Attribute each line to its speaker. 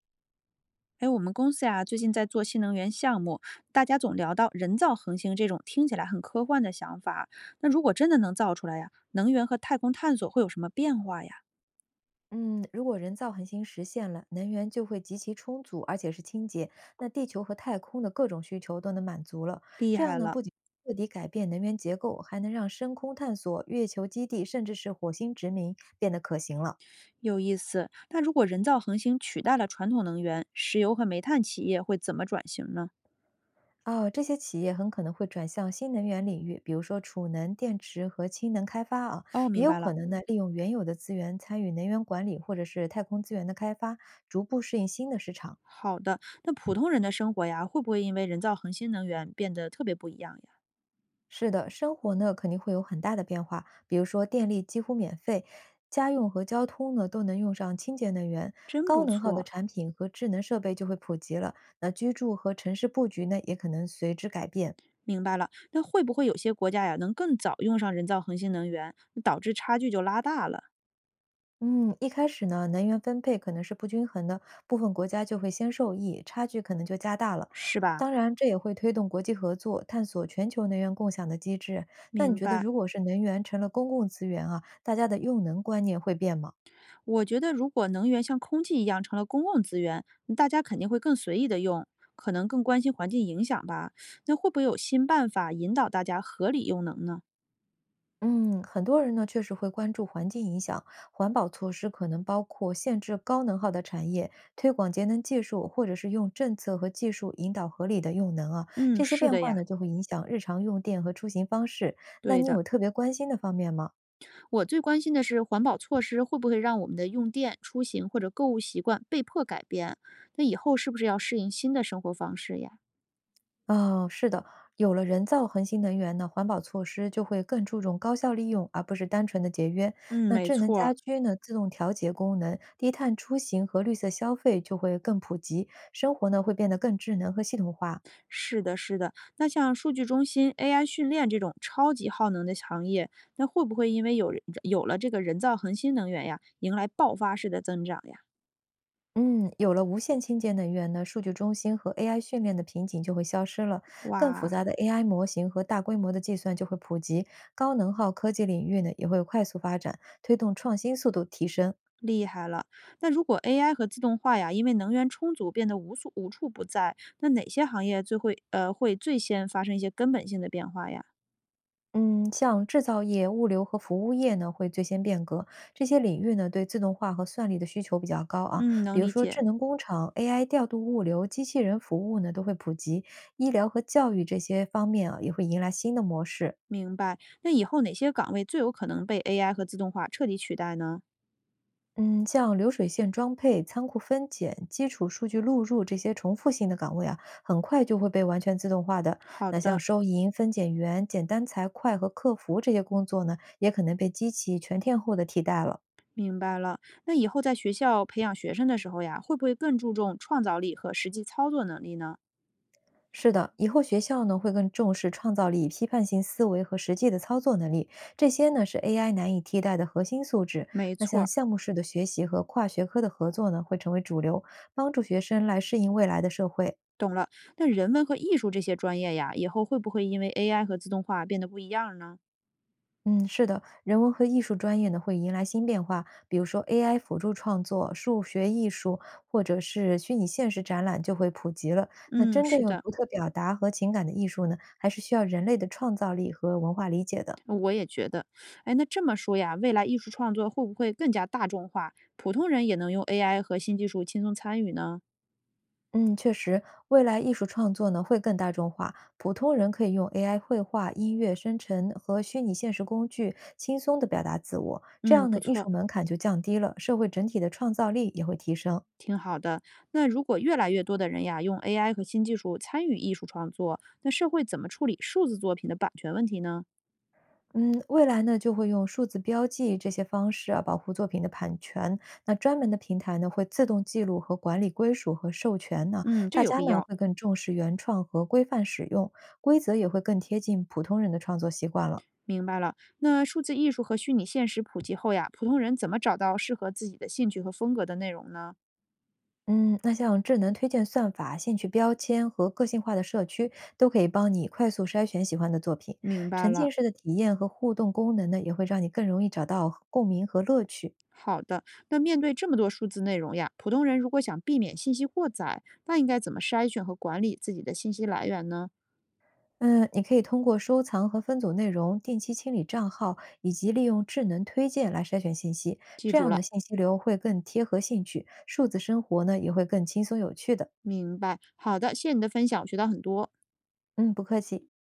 Speaker 1: 哎，我们公司呀，最近在做新能源项目，大家总聊到人造恒星这种听起来很科幻的想法。那如果真的能造出来呀，能源和太空探索会有什么变化呀？
Speaker 2: 嗯，如果人造恒星实现了，能源就会极其充足，而且是清洁，那地球和太空的各种需求都能满足了。
Speaker 1: 厉
Speaker 2: 这
Speaker 1: 害
Speaker 2: 样呢，
Speaker 1: 了，
Speaker 2: 不仅彻底改变能源结构，还能让深空探索、月球基地，甚至是火星殖民变得可行了。
Speaker 1: 有意思。那如果人造恒星取代了传统能源，石油和煤炭企业会怎么转型呢？
Speaker 2: 哦，这些企业很可能会转向新能源领域，比如说储能、电池和氢能开发啊，
Speaker 1: 哦，
Speaker 2: 也
Speaker 1: 明
Speaker 2: 有
Speaker 1: 白
Speaker 2: 可
Speaker 1: 了。
Speaker 2: 能呢利用原有的资源参与能源管理或者是太空资源的开发，逐步适应新的市场。
Speaker 1: 好的，那普通人的生活呀，会不会因为人造恒星能源变得特别不一样呀？
Speaker 2: 是的，生活呢肯定会有很大的变化，比如说电力几乎免费，家用和交通呢都能用上清洁能源，
Speaker 1: 真
Speaker 2: 高
Speaker 1: 不
Speaker 2: 能耗的
Speaker 1: 错。
Speaker 2: 产品和智能设备就会普及了。那居住和城市布局呢也可能随之改变。
Speaker 1: 明白了，那会不会有些国家呀，能更早用上人造恒星能源，导致差距就拉大了，
Speaker 2: 嗯，一开始呢，能源分配可能是不均衡的，部分国家就会先受益，差距可能就加大了。
Speaker 1: 是吧？
Speaker 2: 当然，这也会推动国际合作，探索全球能源共享的机制。那你
Speaker 1: 明
Speaker 2: 觉得，
Speaker 1: 白。
Speaker 2: 如果是能源成了公共资源啊，大家的用能观念会变吗？
Speaker 1: 我觉得如果能源像空气一样成了公共资源，大家肯定会更随意的用，可能更关心环境影响吧。那会不会有新办法引导大家合理用能呢？
Speaker 2: 嗯，很多人呢确实会关注环境影响，环保措施可能包括限制高能耗的产业、推广节能技术，或者是用政策和技术引导合理的用能啊。
Speaker 1: 嗯，
Speaker 2: 这些
Speaker 1: 是
Speaker 2: 变
Speaker 1: 的
Speaker 2: 化
Speaker 1: 呀，
Speaker 2: 呢，就会影响日常用电和出行方式。那
Speaker 1: 对
Speaker 2: 你
Speaker 1: 的。
Speaker 2: 有特别关心的方面吗？
Speaker 1: 我最关心的是环保措施会不会让我们的用电、出行或者购物习惯被迫改变？那以后是不是要适应新的生活方式呀？
Speaker 2: 哦，是的，有了人造恒星能源呢，环保措施就会更注重高效利用，而不是单纯的节约。
Speaker 1: 嗯，
Speaker 2: 那
Speaker 1: 没
Speaker 2: 智能
Speaker 1: 错
Speaker 2: 家
Speaker 1: 儿。
Speaker 2: 居呢，自动调节功能、低碳出行和绿色消费就会更普及，生活呢会变得更智能和系统化。
Speaker 1: 是的，是的。那像数据中心、AI 训练这种超级耗能的行业，那会不会因为有人有了这个人造恒新能源呀，迎来爆发式的增长呀？
Speaker 2: 嗯，有了无线清洁能源呢，数据中心和 AI 训练的瓶颈就会消失了，更复
Speaker 1: 哇，
Speaker 2: 杂的 AI 模型和大规模的计算就会普及，高能耗科技领域呢也会快速发展，推动创新速度提升。
Speaker 1: 厉害了！那如果 AI 和自动化呀，因为能源充足变得无所无处不在，那哪些行业最会最先发生一些根本性的变化呀？
Speaker 2: 嗯，像制造业、物流和服务业呢，会最先变革。这些领域呢，对自动化和算力的需求比较高啊。
Speaker 1: 嗯，能
Speaker 2: 比如
Speaker 1: 理
Speaker 2: 说，
Speaker 1: 解，
Speaker 2: 智能工厂、AI 调度物流、机器人服务呢，都会普及。医疗和教育这些方面啊，也会迎来新的模式。
Speaker 1: 明白。那以后哪些岗位最有可能被 AI 和自动化彻底取代呢？
Speaker 2: 嗯，像流水线装配、仓库分拣、基础数据录入这些重复性的岗位啊，很快就会被完全自动化的。
Speaker 1: 好
Speaker 2: 那像
Speaker 1: 的。
Speaker 2: 收银、分拣员、简单财会和客服这些工作呢，也可能被机器全天候的替代了。
Speaker 1: 明白了，那以后在学校培养学生的时候呀，会不会更注重创造力和实际操作能力呢？
Speaker 2: 是的，以后学校呢会更重视创造力、批判性思维和实际的操作能力，这些呢是 AI 难以替代的核心素质。
Speaker 1: 没
Speaker 2: 那
Speaker 1: 错
Speaker 2: 像
Speaker 1: 儿，
Speaker 2: 项目式的学习和跨学科的合作呢，会成为主流，帮助学生来适应未来的社会。
Speaker 1: 懂了。那人文和艺术这些专业呀，以后会不会因为 AI 和自动化变得不一样呢？
Speaker 2: 嗯，是的，人文和艺术专业呢会迎来新变化，比如说 AI 辅助创作、数学艺术或者是虚拟现实展览就会普及了。那
Speaker 1: 嗯，
Speaker 2: 真正
Speaker 1: 是
Speaker 2: 有
Speaker 1: 的，
Speaker 2: 独特表达和情感的艺术呢，还是需要人类的创造力和文化理解的。
Speaker 1: 我也觉得。哎，那这么说呀，未来艺术创作会不会更加大众化，普通人也能用 AI 和新技术轻松参与呢？
Speaker 2: 嗯，确实，未来艺术创作呢会更大众化，普通人可以用 AI 绘画、音乐生成和虚拟现实工具轻松地表达自我，这
Speaker 1: 嗯，
Speaker 2: 样
Speaker 1: 不
Speaker 2: 呢，艺
Speaker 1: 错。
Speaker 2: 术门槛就降低了，社会整体的创造力也会提升。
Speaker 1: 好的，那如果越来越多的人呀，用 AI 和新技术参与艺术创作，那社会怎么处理数字作品的版权问题呢？
Speaker 2: 嗯，未来呢就会用数字标记这些方式啊保护作品的版权，那专门的平台呢会自动记录和管理归属和授权呢，
Speaker 1: 嗯，这
Speaker 2: 大
Speaker 1: 有
Speaker 2: 家
Speaker 1: 必
Speaker 2: 呢
Speaker 1: 要，
Speaker 2: 会更重视原创和规范使用，规则也会更贴近普通人的创作习惯了。
Speaker 1: 明白了。那数字艺术和虚拟现实普及后呀，普通人怎么找到适合自己的兴趣和风格的内容呢？
Speaker 2: 嗯，那像智能推荐算法、兴趣标签和个性化的社区，都可以帮你快速筛选喜欢的作品。
Speaker 1: 明白
Speaker 2: 沉
Speaker 1: 了。
Speaker 2: 浸式的体验和互动功能呢，也会让你更容易找到共鸣和乐趣。
Speaker 1: 好的，那面对这么多数字内容呀，普通人如果想避免信息过载，那应该怎么筛选和管理自己的信息来源呢？
Speaker 2: 嗯，你可以通过收藏和分组内容、定期清理账号，以及利用智能推荐来筛选信息，
Speaker 1: 记
Speaker 2: 这
Speaker 1: 住
Speaker 2: 样
Speaker 1: 了，
Speaker 2: 的信息流会更贴合兴趣，数字生活呢也会更轻松有趣的。
Speaker 1: 明白。好的，谢谢你的分享，我学到很多。
Speaker 2: 嗯，不客气。